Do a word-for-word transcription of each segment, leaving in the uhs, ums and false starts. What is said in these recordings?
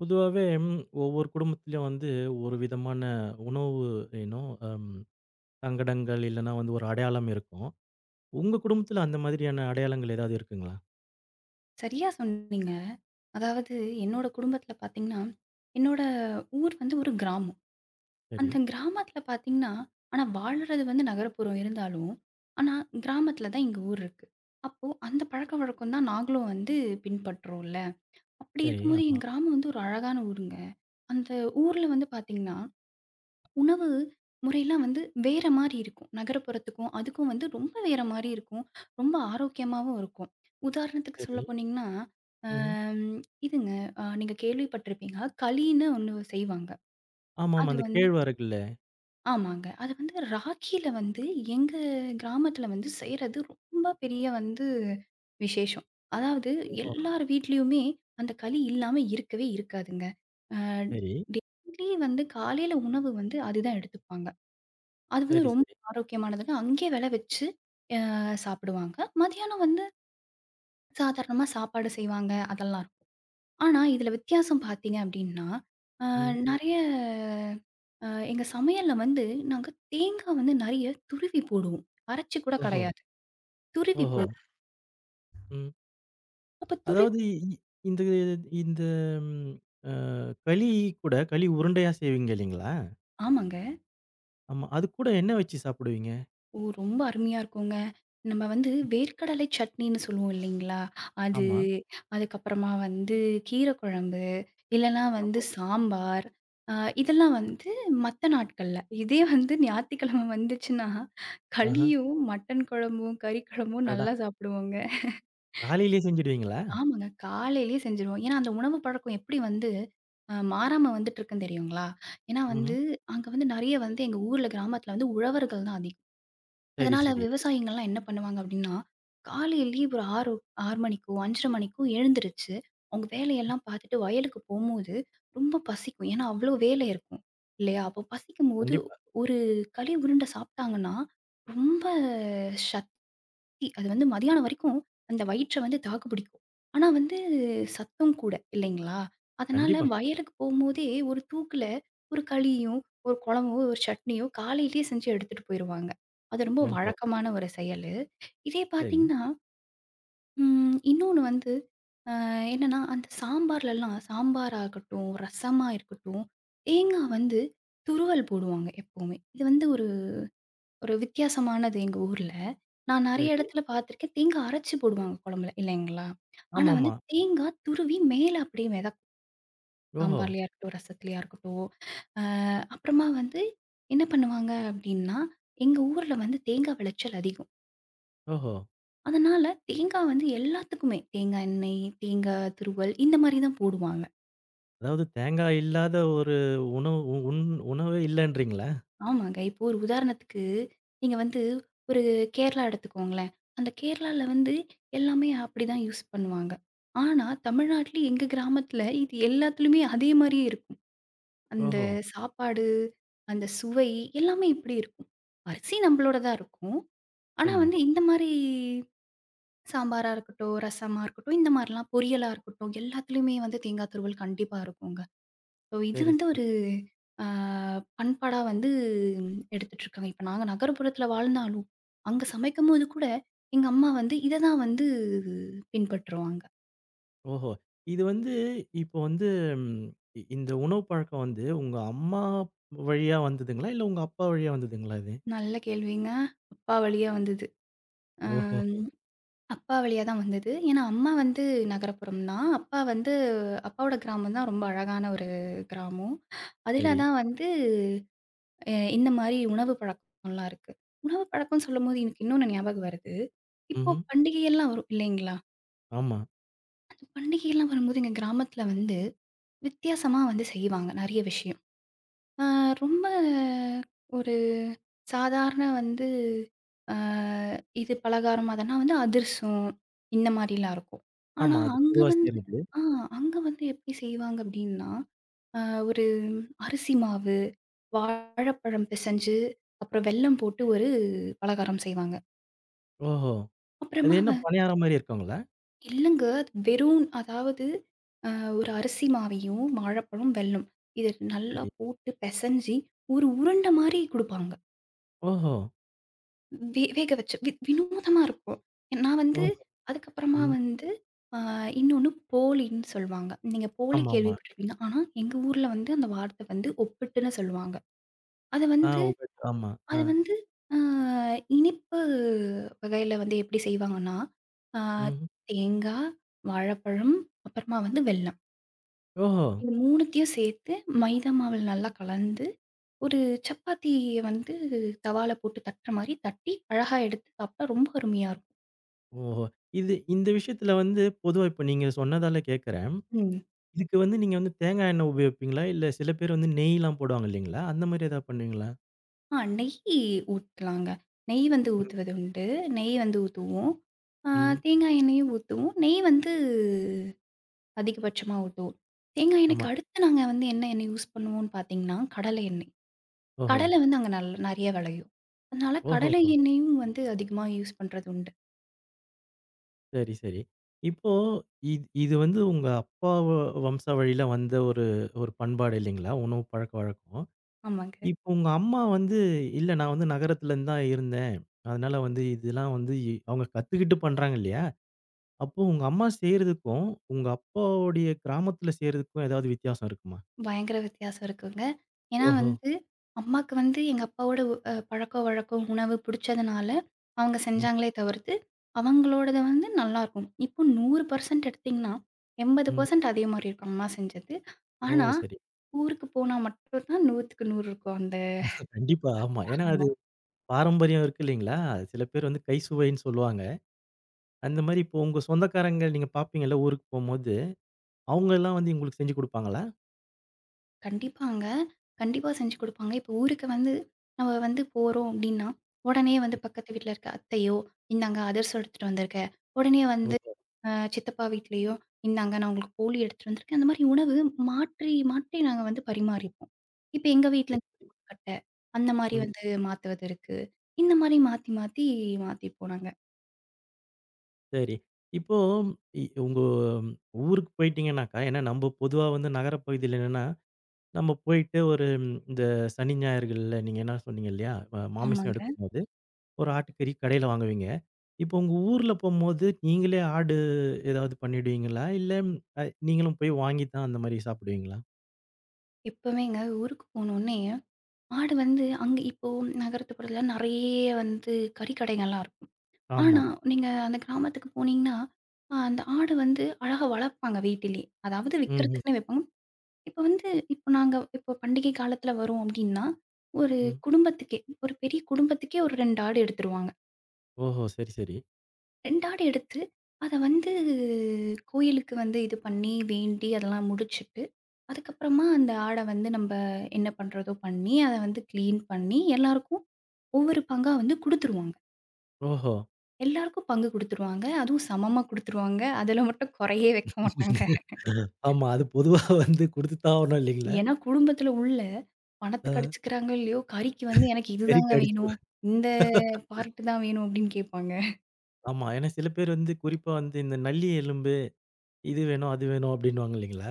பொதுவாவே ம், ஒவ்வொரு குடும்பத்திலயும் வந்து ஒரு விதமான உணவு ஏனோ அம், சங்கடங்கள் இல்லைன்னா வந்து ஒரு அடையாளம் இருக்கும். உங்க குடும்பத்துல அந்த மாதிரியான அடையாளங்கள் ஏதாவது இருக்குங்களா? சரியா சொன்னீங்க. அதாவது என்னோட குடும்பத்தில பார்த்தீங்கன்னா, என்னோட ஊர் வந்து ஒரு கிராமம். சரி, அந்த கிராமத்தில பார்த்தீங்கன்னா, ஆனா வாழுறது வந்து நகரப்புறம் இருந்தாலும், ஆனா கிராமத்தில தான் எங்க ஊர் இருக்கு. அப்போ அந்த பழக்கவழக்கம் தான் நாங்களும் வந்து பின்பற்றோம்ல. அப்படி சரி. இருக்கும்போது ஆமா. என் கிராமம் வந்து ஒரு அழகான ஊருங்க. அந்த ஊர்ல வந்து பார்த்தீங்கன்னா உணவு முறையெல்லாம் வந்து வேற மாரி இருக்கும். நகரப்புறத்துக்கும், அதுக்கும் வந்து ரொம்ப வேற மாரி இருக்கும். ரொம்ப ஆரோக்கியமாவும் இருக்கும். உதாரணத்துக்கு சொல்ல சரி. போனீங்கன்னா, ம்ஹ்ம். அம் இதுங்க அ நீங்க கேள்விப்பட்டிருப்பீங்க. களின்னு ஒண்ணு செய்வாங்க. ஆமாமா. அது அந்த வந்து கேழ்வரகுல. ஆமாங்க. அது வந்து ராகியில வந்து எங்க கிராமத்தில வந்து செய்றது ரொம்ப பெரிய வந்து விசேஷம். அதாவது ஓஹோ! எல்லார் வீட்லயுமே அந்த களி இல்லாம இருக்கவே இருக்காதுங்க. அ சரி, டெய்லி வந்து காலையில உணவு வந்து அதுதான் எடுத்துப்பாங்க. அது வந்து சரி, ரொம்ப சரி. ஆரோக்கியமானதுங்க. அங்கேயே விள வச்சு அ சாப்பிடுவாங்க. மதியானம் வந்து சாதாரணமா சாப்பாடு செய்வாங்க, அதெல்லாம் இருக்கும். ஆனா, இதில வித்தியாசம் பார்த்தீங்க அப்டின்னா, அ ம். நெறைய அ எங்க சமையல்ல வந்து நாங்க தேங்கா வந்து நெறைய துருவி போடுவோம். அரைச்சு கூட ஓஹோ! கெடையாது. துருவி ஓஹோ! போடுவோம். ம். அப்ப துருவி அதாவது இ இ- இந்த இந்த ம் அ களி கூட களி உருண்டையா செய்வீங்க இல்லைங்களா? ஆமாங்க. ஆமா. அது கூட என்ன வச்சு சாப்பிடுவீங்க? ஓ! ரொம்ப அருமையா இருக்குங்க. நம்ம வந்து வேர்க்கடலை சட்னின்னு சொல்லுவோம் இல்லைங்களா? அது, ஆமா. அதுக்கப்புறமா வந்து கீர குழம்பு, இல்லன்னா வந்து ஆமா. சாம்பார். அ இதெல்லாம் வந்து மத்த நாட்கள்ல. இதே வந்து ஞாயித்துக்கிழமை வந்துச்சுன்னா, ஆஹ. களியும், மட்டன் குழம்பும், கறி குழம்பும் அடடா! நல்லா சாப்பிடுவோங்க. காலையிலேயே செஞ்சுடுவீங்களா? ஆமாங்க. காலையிலேயே செஞ்சுருவோம். ஏன்னா, அந்த உணவு பழக்கம் எப்படி வந்து அ மாறாம வந்துட்டுருக்குன்னு தெரியுங்களா? ஏன்னா வந்து, ம்ஹ்ம். அங்க வந்து நெறைய வந்து எங்க ஊர்ல கிராமத்தில வந்து உழவர்கள் தான் அதிகம். சரி, அதனால சரி. விவசாயிங்கள்லாம் என்ன பண்ணுவாங்க அப்டின்னா, காலையிலேயே ஒரு ஆறு ஆறு மணிக்கோ, ஐந்து முப்பது மணிக்கோ எழுந்திருச்சு, அவங்க வேலையெல்லாம் பார்த்துட்டு வயலுக்கு போம்போது, ரொம்ப பசிக்கும். ஏன்னா, அவ்ளோ வேலை இருக்கும். இல்லையா? அப்போ பசிக்கும்போது கண்டிப்பா, ஒரு களி உருண்டை சாப்ட்டாங்கன்னா, ரொம்ப சத் தி- அது வந்து மதியானம் வரைக்கும் அந்த வயிற்ற வந்து தாக்கு பிடிக்கும். ஆனா வந்து சத்தம் கூட இல்லைங்களா? அதனால கண்டிப்பா. கண்டிப்பா. வயலுக்கு போம்போதே ஒரு தூக்குல ஒரு களியும், ஒரு குழம்போ, ஒரு சட்னியோ காலையிலேயே செஞ்சு எடுத்துட்டு போயிருவாங்க. அது ரொம்ப ஓஹோ! வழக்கமான ஒரு செயலு. இதே சரி, பார்த்தீங்கன்னா, ம் இன்னொன்னு வந்து அ என்னன்னா, அந்த சாம்பார்லலாம் சாம்பாரா இருக்கட்டும், ரசமா இருக்கட்டும், தேங்கா வந்து துருவல் போடுவாங்க எப்பவுமே. இது வந்து ஒரு ஒரு வித்தியாசமானது எங்க ஊர்ல. நான் நெறைய சரி. இடத்துல பார்த்துருக்கேன். தேங்கா அரைச்சு போடுவாங்க குழம்புல இல்லைங்களா? ஆனா வந்து ஆமாமா. தேங்கா துருவி மேல அப்படியே மிதக்கும். ஓஹோ! சாம்பார்லயா இருக்கட்டும், ரசத்துலயா இருக்கட்டும். அ அப்புறமா வந்து என்ன பண்ணுவாங்க அப்படின்னா, எங்க ஊர்ல வந்து தேங்கா விளைச்சல் அதிகம். ஓஹோ! அதனால தேங்கா வந்து எல்லாத்துக்குமே தேங்காய் எண்ணெய், தேங்காய் துருவல் இந்த மாரி தான் போடுவாங்க. அதாவது தேங்காய் இல்லாத ஒரு உணவு உ உண் உணவே இல்லன்றீங்களா? ஆமாங்க. இப்போ ஒரு உதாரணத்துக்கு, நீங்க வந்து ஒரு கேரளா எடுத்துக்கோங்களேன். அந்த கேரளால வந்து எல்லாமே அப்படிதான் யூஸ் பண்ணுவாங்க. ஆனா, தமிழ்நாட்டில எங்க கிராமத்தில இது எல்லாத்துலயுமே அதே மாரியே இருக்கும். அந்த ஓஹோ! சாப்பாடு, அந்த சுவை எல்லாமே இப்படி இருக்கும். அரிசி நம்மளோட தான் இருக்கும். ஆனா வந்து கண்டிப்பா. இந்த மாரி சாம்பாரா இருக்கட்டும், ரசமா இருக்கட்டும், இந்த மாரிலாம் பொரியலா இருக்கட்டும், எல்லாத்துலயுமே வந்து தேங்காய் துருவல் கண்டிப்பா இருக்குங்க. ஸோ இது சரி, வந்து சரி. ஒரு அ பண்பாடா வந்து எடுத்துட்டுருக்காங்க. இப்ப நாங்க நகர்ப்புறத்துல வாழ்ந்தாலும், அங்க சமைக்கும்போது கூட எங்க அம்மா வந்து இத தான் வந்து பின்பற்றுவாங்க. ஓஹோ! இது வந்து இப்போ வந்து ம் இ இந்த உணவு பழக்கம் வந்து உங்க அம்மா வழியா வந்ததுங்களா? இல்ல உங்க அப்பா வழியா வந்ததுங்களா இது? நல்ல கேள்விங்க. அப்பா வழியா வந்தது. அம் ஓஹோ! அப்பா வழியா தான் வந்தது. ஏன்னா அம்மா வந்து நகரப்புறம் தான். அப்பா வந்து அப்பாவோட கிராமம் தான் ரொம்ப அழகான ஒரு கிராமம். அதுல சரி. தான் வந்து அ இந்த மாரி உணவு பழக்கம்லாம் இருக்கு. உணவு பழக்கம்னு சொல்லும்போது எனக்கு இன்னொன்னு ஞாபகம் வருது. இப்போ ம்ஹ்ம். பண்டிகையெல்லாம் வரும் இல்லைங்களா? ஆமா, பண்டிகைலாம் வரும்போது எங்க கிராமத்துல வந்து வித்தியாசமா வந்து செய்வாங்க நெறைய விஷயம். ஆ ரொம்ப ஒரு சாதாரண வந்து ஆ இது பலகாரம் அதெல்லாம் வந்து அதிரசம் இந்த மாரிலாம் இருக்கும். ஆனா ஆமா. அது அங்க பொதுவா வந்து செய்றது. ஆ அங்க வந்து எப்படி செய்வாங்க அப்படின்னா, ஆ ஒரு அரிசி மாவு, வாழைப்பழம் பிசைஞ்சு, அப்புறம் வெல்லம் போட்டு ஒரு பலகாரம் செய்வாங்க. ஓஹோ! அது அப்புறமா என்ன பணியாரம் மாரி இருக்குங்களா? இல்லங்க. அது வெறும் அதாவது அ ஒரு அரிசி மாவையும், வாழைப்பழம், வெல்லம் இத நல்லா சரி. போட்டு பெசஞ்சு, ஒரு உருண்ட மாரி குடுப்பாங்க. ஓஹோ! வே வேக வச்சு வி வினோதமா இருக்கும். நான் வந்து ஓஹோ! அதுக்கப்புறமா ம். வந்து அ இன்னொன்னு போலின்னு சொல்லுவாங்க. நீங்க போலி ஆமாமா. கேள்விப்பட்டுருப்பீங்க. ஆனா, எங்க ஊர்ல வந்து அந்த வார்த்தை வந்து ஒப்பிட்டுன்னு சொல்லுவாங்க. அத ஆ வந்து உபெர். ஆமா. ஆ. அத வந்து அ இனிப்பு வகையில வந்து எப்படி செய்வாங்கன்னா, அ ம்ஹ்ம். தேங்கா, வாழைப்பழம், அப்புறமா வந்து வெல்லம். ஓஹோ! இது மூன்றையும் சேர்த்து மைதா மாவுல நல்லா கலந்து, ஒரு சப்பாத்திய வந்து தவால போட்டு தட்டுற மாரி தட்டி, அழகா எடுத்து சாப்ட்டா ரொம்ப அருமையா இருக்கும். ஓஹோ! இது இந்த விஷயத்துல வந்து பொதுவா இப்ப நீங்க சொன்னதால கேட்கிறேன். ம். இதுக்கு வந்து நீங்க வந்து தேங்காய் எண்ணெய் உபயோகிப்பீங்களா? இல்ல சில பேர் வந்து நெய்லாம் போடுவாங்க இல்லீங்களா? அந்த மாரி ஏதாவது பண்ணுவீங்களா? ஆ நெய் ஊத்தலாங்க. நெய் வந்து ம். ஊத்துவது உண்டு. நெய் வந்து ஊத்துவோம். ஆ ம். தேங்காய் எண்ணெயும் ஊத்துவோம். நெய் வந்து அதிகபட்சமா ஊத்துவோம். தேங்காய் ஆமா. எண்ணெய்க்கு அடுத்து நாங்க வந்து என்ன எண்ணெய் யூஸ் பண்ணுவோம்ன்னு பார்த்தீங்கன்னா, கடலை எண்ணெய். ஓஹோ! கடலை வந்து அங்க நல் நெறைய வெளையும். அதனால கடலை ஓஹோஹோ! எண்ணெயும் வந்து அதிகமா யூஸ் பண்றது உண்டு. சரி, சரி. இப்போ இது இது வந்து உங்க அப்பா வ வம்சாவழியில வந்த ஒரு ஒரு பண்பாடு இல்லீங்களா? உணவு பழக்கவழக்கம். ஆமாங்க. இப்போ உங்க அம்மா வந்து, "இல்ல நான் வந்து நகரத்துல இருந்து தான் இருந்தேன். அதனால வந்து இதெல்லாம் வந்து" அவங்க கத்துக்கிட்டு பண்றாங்க இல்லயா? அப்போ உங்க அம்மா செய்றதுக்கும், உங்க அப்பாவுடைய கிராமத்துல செய்றதுக்கும் ஏதாவது வித்தியாசம் இருக்குமா? பயங்கர வித்தியாசம் இருக்குங்க. ஏன்னா ஓஹோ! வந்து, அம்மாக்கு வந்து எங்க அப்பாவோட அ பழக்கவழக்கம், உணவு புடிச்சதுனால அவங்க ம். செஞ்சாங்களே தவிர்த்து, அவங்களோடது வந்து நல்லாருக்கும். இப்போ நூறு சதவீதம் எடுத்தீங்கன்னா, ம். எண்பது சதவீதம் அதே மாரி இருக்கும் அம்மா செஞ்சது. ஓ! ஆனா, சரி. ஊருக்கு போனா மட்டும் தான் 100க்கு நூறு இருக்கும் கண்டிப்பா. ஆமா. ஏன்னா அந்த அது பாரம்பரியம் இருக்கு இல்லைங்களா? சில பேர் வந்து கை சுவைன்னு சொல்லுவாங்க. அந்த மாரி இப்போ உங்க சொந்தக்காரங்க நீங்க பார்ப்பீங்கல்ல ஊருக்கு போம்போது, அவங்கலாம் வந்து உங்களுக்கு செஞ்சு குடுப்பாங்களா? கண்டிப்பாங்க. கண்டிப்பா செஞ்சு குடுப்பாங்க. இப்போ ஊருக்கு வந்து நம்ம வந்து போறோம் அப்டின்னா, உடனே வந்து பக்கத்து வீட்ல இருக்க அத்தையோ, "இந்தாங்க அதிரசம் எடுத்துட்டு வந்திருக்கேன்." உடனே வந்து ஓ! அ சித்தப்பா வீட்லயோ, "இந்தாங்க நான் உங்களுக்கு போளி எடுத்துட்டு வந்திருக்கேன்." அந்த மாரி உணவு மாற்றி, மாற்றி நாங்க வந்து பரிமாறிப்போம். இப்ப எங்க வீட்ல சரி. கொழுக்கட்ட, அந்த மாரி ம். வந்து மாத்துவது இருக்கு. இந்த மாரி மாத்தி, மாத்தி மாத்திப்போம் நாங்க. சரி. இப்போ இ உங்க ஊருக்கு போயிட்டீங்கன்னாக்கா, ஏன்னா நம்ப பொதுவா வந்து நகரப்பகுதியில என்னன்னா, நம்ம போயிட்டு ஒரு இந்த சனி, ஞாயிறுகள்ல நீங்க என்ன சொன்னீங்க இல்லையா? அ மாமிசம் ஆமாங்க. எடுக்கும்போது ஒரு ஆட்டுக்கறி கடையில வாங்குவீங்க. இப்போ உங்க ஊர்ல போம்போது, நீங்களே ஆடு ஏதாவது பண்ணிடுவீங்களா? இல்ல ம், அ நீங்களும் போய் வாங்கி தான் அந்த மாரி சாப்பிடுவீங்களா? எப்பவுமேங்க ஊருக்கு போனோனே, மாடு வந்து அங்க இப்போ நகரத்துப்புறத்துல நெறைய வந்து கறி கடைகள்லாம் இருக்கும். ஆமா. ஆனா, நீங்க அந்த கிராமத்துக்கு போனீங்கன்னா, அ அந்த ஆடு வந்து அழகா வளர்ப்பாங்க வீட்டிலயே. அதாவது ம்ஹ்ம். ம். விக்கிறதுக்குன்னே வைப்பாங்க. இப்ப வந்து இப்ப நாங்க இப்ப பண்டிகை காலத்துல வரோம் அப்டின்னா, ஒரு ம். குடும்பத்துக்கே ஒரு பெரிய குடும்பத்துக்கே ஒரு ரெண்டு ஆடு எடுத்துருவாங்க. ஓஹோ! சரி, சரி. ரெண்டு ஆடு எடுத்து, அத வந்து கோயிலுக்கு வந்து இது பண்ணி, வேண்டி அதெல்லாம் முடிச்சுட்டு, அதுக்கப்புறமா அந்த ஆட வந்து நம்ப என்ன பண்றதோ பண்ணி, அத வந்து கிளீன் பண்ணி, எல்லாருக்கும் ஒவ்வொரு பங்கா வந்து குடுத்துருவாங்க. ஓஹோ! எல்லாருக்கும் பங்கு குடுத்துருவாங்க. அதுவும் சமமா குடுத்துருவாங்க. அதுல மட்டும் குறையே வைக்க மாட்டாங்க. ஆமா. அது பொதுவா வந்து குடுத்து தான் ஆவணும் இல்லைங்களா? ஏன்னா, குடும்பத்துல உள்ள பணத்துக்கு அ அடிச்சுக்கிறாங்க இல்லையோ, கறிக்கு வந்து எனக்கு இதுதாங்க பெருக்கி அடிச்சுக்குவ. வேணும். இந்த பார்ட் தான் வேணும் அப்படின்னு கேட்பாங்க. ஆமா. ஏன்னா சில பேர் வந்து குறிப்பா வந்து இந்த நல்லி எலும்பு, இது வேணும், அது வேணும் அப்டின்னுவாங்க இல்லைங்களா?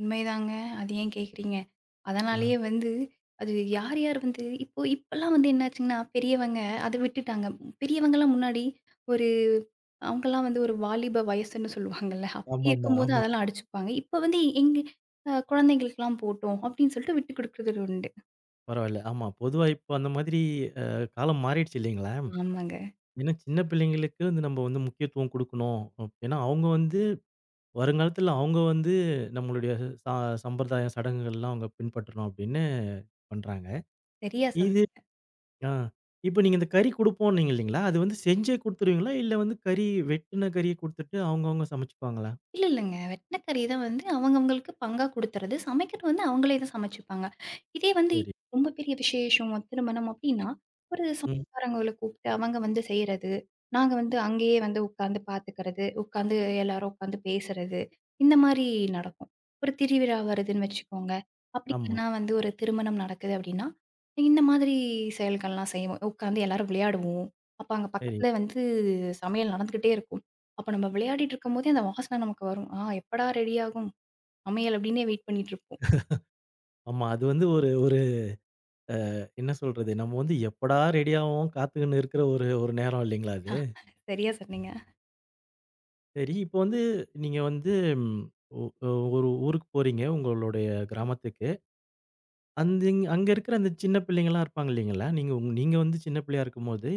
உண்மைதாங்க. அது ஏன் கேட்குறீங்க? அ அதனாலேயே வந்து அது யார் யார் வந்து இப்போ இப்பலாம் வந்து என்னாச்சுங்கன்னா, பெரியவங்க அத விட்டுட்டாங்க. பெரியவங்கலாம் முன்னாடி ஒரு அவங்கலாம் வந்து ஒரு வாலிப வயசுன்னு சொல்லுவாங்கல்ல. அப்படி ஆமாமா, இருக்கும்போது ஆமா. அதெல்லாம் அடிச்சுப்பாங்க. இப்ப வந்து எங்க அ குழந்தைங்களுக்கெல்லாம் போட்டும், அப்படின்னு சொல்லிட்டு விட்டு குடுக்குறது உண்டு. பரவால்ல. ஆமா. பொதுவா இப்போ அந்த மாதிரி அ காலம் மாறிடுச்சு இல்லைங்களா? ஆமாங்க. ஏன்னா சின்ன பிள்ளைங்களுக்கு வந்து நம்ம வந்து முக்கியத்துவம் குடுக்கணும். ஏன்னா அவங்க வந்து வருங்காலத்துல அவங்க வந்து நம்மளுடைய ச சம்பிரதாயம், சடங்குகள்லாம் அவங்க பின்பற்றணும் அப்படின்னு பண்றாங்க. சரியா இது சொன்னீங்க. ஆ இப்ப நீங்க இந்த கறி குடுப்போம்னீங்க இல்லீங்களா? அது வந்து செஞ்சே குடுத்துருவீங்களா? இல்ல வந்து கறி வெட்டுன கறிய குடுத்துட்டு அவங்கவங்க சமைச்சுக்குவாங்களா? இல்ல இல்லங்க. வெட்டின கறி தான் வந்து அவங்கவங்களுக்கு பங்கா குடுத்துறது. சமைக்கிறது வந்து அவங்களே தான் சமைச்சுப்பாங்க. இதே வந்து சரி. ரொம்ப பெரிய விசேஷம், திருமணம் அப்படின்னா, ஒரு ம். சொந்தக்காரங்கள கூப்பிட்டு அவங்க வந்து செய்றது. நாங்க வந்து அங்கேயே வந்து உட்கார்ந்து பார்த்துக்கிறது. உட்கார்ந்து எல்லாரும் உட்கார்ந்து பேசுறது. இந்த மாரி நடக்கும். ஒரு திருவிழா வருதுன்னு வச்சுக்கோங்க. அப்படி ஆமா. இல்லன்னா வந்து ஒரு திருமணம் நடக்குது அப்படின்னா, இந்த மாதிரி செயல்கள்லாம் செய்வோம். உட்கார்ந்து எல்லாரும் விளையாடுவோம். அப்ப அங்க சரி. பக்கத்துல வந்து சமையல் நடந்துகிட்டே இருக்கும். அப்ப நம்ம விளையாடிட்டு இருக்கும்போதே அந்த வாசனை நமக்கு வரும். ஆ எப்படா ரெடியாகும்? அமையல் அப்டின்னே வெயிட் பண்ணிட்டுருப்போம். ஆமா. அது வந்து ஒரு ஒரு என்ன சொல்றது? நம்ம வந்து எப்படா ரெடி ஆவோம் காத்துக்கின்னு இருக்கிற ஒரு ஒரு நேரம் இல்லீங்களா ஆ அது? சரியா சொன்னீங்க. சரி. இப்போ வந்து நீங்க வந்து ம் ஒ ஒ ஒரு ஊருக்கு போறீங்க, உங்களுடைய கிராமத்துக்கு. அந்த இங் அங்க இருக்கிற அந்த சின்ன பிள்ளைங்கலாம் இருப்பாங்க இல்லைங்களா? நீங்க உங் நீங்க வந்து சின்ன பிள்ளையா இருக்கும்போது,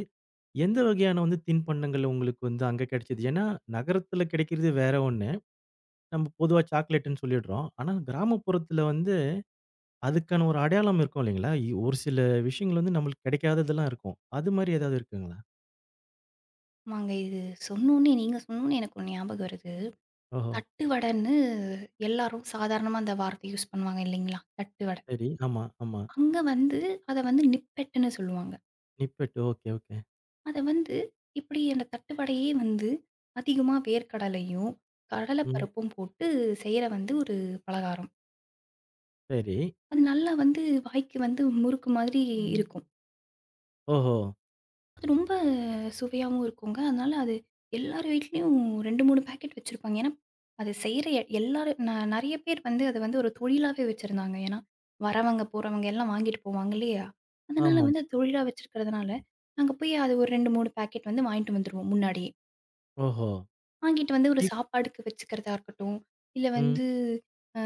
எந்த வகையான வந்து தின்பண்டங்கள் உங்களுக்கு வந்து அங்க கிடைச்சது? ஏன்னா, நகரத்துல கிடைக்கிறது வேற ஒண்ணு. நம்ம பொதுவா சாக்லேட்டுன்னு சொல்லிடுறோம். ஆனா, கிராமப்புறத்துல வந்து அதுக்கான ஒரு அடையாளம் இருக்கும் இல்லைங்களா? இ ஒரு சில விஷயங்கள் வந்து நம்மளுக்கு கிடைக்காததெல்லாம் இருக்கும். அது மாரி ஏதாவது இருக்குங்களா? ஆமாங்க இது சொன்னோனே நீங்க சொன்னோனே எனக்கு ஒண்ணு ஞாபகம் வருது. ஓஹோ! தட்டு வடன்னு எல்லாரும் சாதாரணமா அந்த வார்த்தை யூஸ் பண்ணுவாங்க இல்லைங்களா? தட்டு வட. சரி. ஆமா, ஆமா. அங்க வந்து அத வந்து நிப்பெட்டுன்னு சொல்லுவாங்க. நிப்பெட். Okay, okay. அத வந்து இப்டி அந்த தட்டு வடையே வந்து அதிகமா வேர்க்கடலையும், கடல ம். பருப்பும் போட்டு செய்ற வந்து ஒரு பலகாரம். சரி. அது நல்லா வந்து வாய்க்கு வந்து முறுக்கு மாதிரி இருக்கும். ஓஹோ! அது ரொம்ப சுவையாவும் இருக்குங்க. அதனால அது எல்லார் வீட்லயும் ரெண்டு, மூணு பாக்கெட் வச்சிருப்பாங்க. ஏன்னா, அது செய்ற எ எல்லாரும் ந நெறைய பேர் வந்து அத வந்து ஒரு தொழிலாவே வச்சிருந்தாங்க. ஏன்னா, வரவங்க, போறவங்க எல்லாம் வாங்கிட்டு போவாங்க இல்லையா? அதனால ஆமா. வந்து அது தொழிலா வச்சிருக்கிறதுனால, நாங்க போய் அது ஒரு ரெண்டு, மூணு பாக்கெட் வந்து வாங்கிட்டு வந்துருவோம் முன்னாடியே. ஓஹோ! வாங்கிட்டு வந்து ஒரு இப் சாப்பாடுக்கு வச்சுக்கிறதா இருக்கட்டும், இல்ல ம். வந்து அ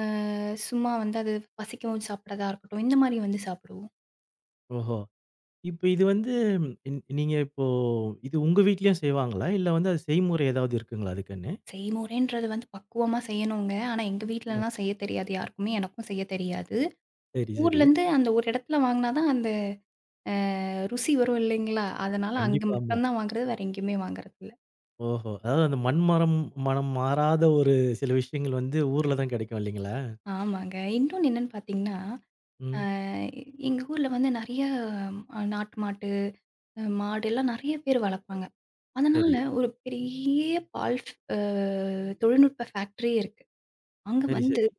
சும்மா வந்து அது பசிக்கவும் சாப்பிடறதா இருக்கட்டும், இந்த மாரி வந்து சாப்பிடுவோம். ஓஹோ! இப்ப இது வந்து ன் நீங்க இப்போ இது உங்க வீட்லயும் செய்வாங்களா? இல்ல வந்து அது செய்முறை ஏதாவது இருக்குங்களா அதுக்குன்னு? செய்முறைன்றது வந்து பக்குவமா செய்யணுங்க. ஆனா, எங்க ஓ! வீட்லலாம் செய்ய தெரியாது யாருக்குமே. எனக்கும் செய்ய தெரியாது. சரி, சரி. ஊர்லேருந்து அந்த ஒரு இடத்துல வாங்குனா தான் அந்த அ ருசி வரும் இல்லைங்களா? அதனால அங்க கண்டிப்பா. ஆமா. மட்டும் தான் வாங்குறது. வேற எங்கேயுமே வாங்குறதில்ல. ஓஹோ! அதாவது அந்த மண் மரம் மனம் மாறாத ஒரு சில விஷயங்கள் வந்து ஊர்ல தான் கிடைக்கும் இல்லைங்களா? ஆமாங்க. இன்னொன்னு என்னன்னு பார்த்தீங்கன்னா, அ ம். எங்க ஊர்ல வந்து நெறைய அ நாட்டு மாட்டு, அ மாடு எல்லாம் நெறைய பேர் வளர்ப்பாங்க. அதனால சரி, ஒரு பெரிய பால் ஃப் அ தொழில்நுட்ப ஃபேக்டரியே இருக்கு. அங்க சரி, வந்து சரி.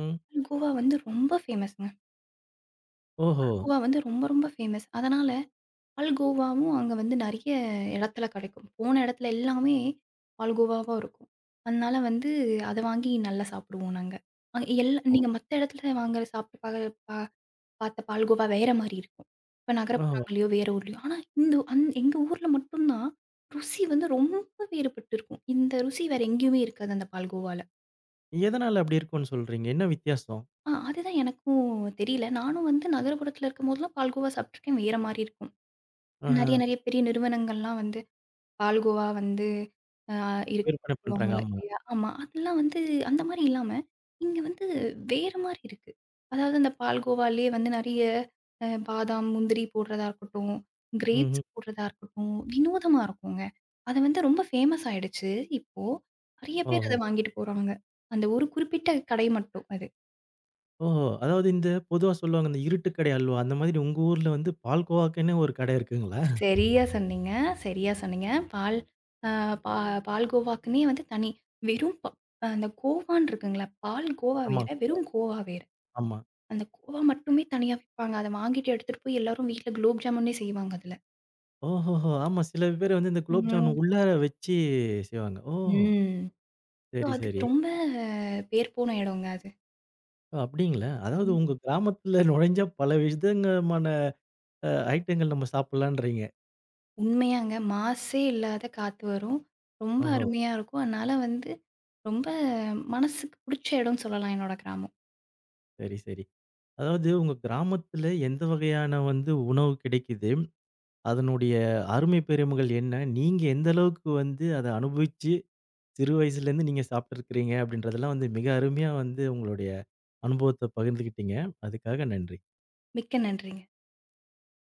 ம். பால்கோவா வந்து ரொம்ப ஃபேமஸ்ங்க. ஓஹோ! பால்கோவா வந்து ரொம்ப ரொம்ப ஃபேமஸ். அதனால பால்கோவாவும் அங்க வந்து நெறைய இடத்துல கெடைக்கும். போன இடத்துல எல்லாமே பால்கோவாவா இருக்கும். அதனால வந்து அத வாங்கி நல்லா சாப்பிடுவோம் நாங்க. அங்க எல்லா நீங்க மத்த இடத்துல வாங்குற சாப்பிட்டு பா பா பார்த்த பால்கோவா வேற மாரி இருக்கும். இப்ப ஓஹோ! நகரப்புறங்களையோ, வேற ஊர்லயோ. ஆனா இந்த அந் எங்க ஊர்ல மட்டும் தான் ருசி வந்து ரொம்ப வேறுபட்டு இருக்கும். இந்த ருசி வேற எங்கேயுமே இருக்காது அந்த பால்கோவால. எதனால அப்படி இருக்கும்னு சொல்றீங்க? என்ன வித்தியாசம்? ஆ அதுதான் எனக்கும் தெரியல. நானும் வந்து நகரப்புறத்துல இருக்கும்போதெல்லாம் பால்கோவா சாப்பிட்டுருக்கேன். வேற மாரி இருக்கும். ஆஹ. நெறைய நெறைய பெரிய நிறுவனங்கள்லாம் வந்து பால்கோவா வந்து அ இருக்கு விற்பனை பண்றாங்க. சொல்லுவாங்கல்ல ஆமா. இல்லையா? ஆமா. அதெல்லாம் வந்து அந்த மாரி இல்லாம, இங்க வந்து வேற மாரி இருக்கு. அதாவது அந்த பால்கோவாலயே வந்து நெறைய அ பாதாம், முந்திரி போடுறதா இருக்கட்டும், ம்ஹ்ம். கிரேப்ஸ் போடுறதா இருக்கட்டும், வினோதமா இருக்குங்க. அது வந்து ரொம்ப ஃபேமஸ் ஆயிடுச்சு இப்போ. நெறைய பேர் அத ஓஹோ! வாங்கிட்டு போறாங்க. அந்த ஒரு குறிப்பிட்ட கடை மட்டும் அது. ஓஹோ! அதாவது இந்த பொதுவா சொல்லுவாங்க, இந்த இருட்டுக்கடை அல்வா. அந்த மாதிரி உங்க ஊர்ல வந்து பால்கோவாக்குன்னு ஒரு கடை இருக்குங்களா? சரியா சொன்னீங்க, சரியா சொன்னீங்க. பால் அ பா பால்கோவாக்குன்னே வந்து தனி வெறும் ப அந்த கோவான்னு இருக்குங்களா, பால் கோவா ஆமா. வேற, வெறும் கோவா வேற. ஆமா. அந்த கோவா மட்டுமே தனியா விப்பாங்க. அத வாங்கிட்டு எடுத்துட்டு போய் எல்லாரும் வீட்ல குலோப் ஜாமுன்னே செய்வாங்க அதுல. ஓஹோஹோ! ஆமா. சில பேர் வந்து இந்த குலோப் ஜாமுன் ம். உள்ளார வச்சு செய்வாங்க. ஓ! ம். ஸோ சரி, சரி. அதுக்கு ரொம்ப அஹ், பேர் போன இடங்க அது. ஓ! அப்படிங்களா? அதாவது ம். உங்க கிராமத்துல நுழைஞ்சா பல விதங்கமான அ ஐட்டங்கள் நம்ம சாப்பிடலான்றீங்க. உண்மையாங்க. மாசே இல்லாத காத்து வரும். ரொம்ப ஓஹோ! அருமையா இருக்கும். அதனால வந்து ரொம்ப மனசுக்கு புடிச்ச இடம்னு சொல்லலாம் என்னோட கிராமம். சரி, சரி. அதாவது உங்க கிராமத்துல எந்த வகையான வந்து உணவு கிடைக்குது? அதனுடைய அருமை பெருமைகள் என்ன? நீங்க எந்த அளவுக்கு வந்து அத அனுபவிச்சு சிறு வயசுலேருந்து நீங்க சாப்பிட்டுருக்கிறீங்க அப்படின்றதெல்லாம் வந்து மிக அருமையா வந்து உங்களுடைய அனுபவத்த பகிர்ந்துக்கிட்டீங்க. அதுக்காக நன்றி. மிக்க நன்றிங்க.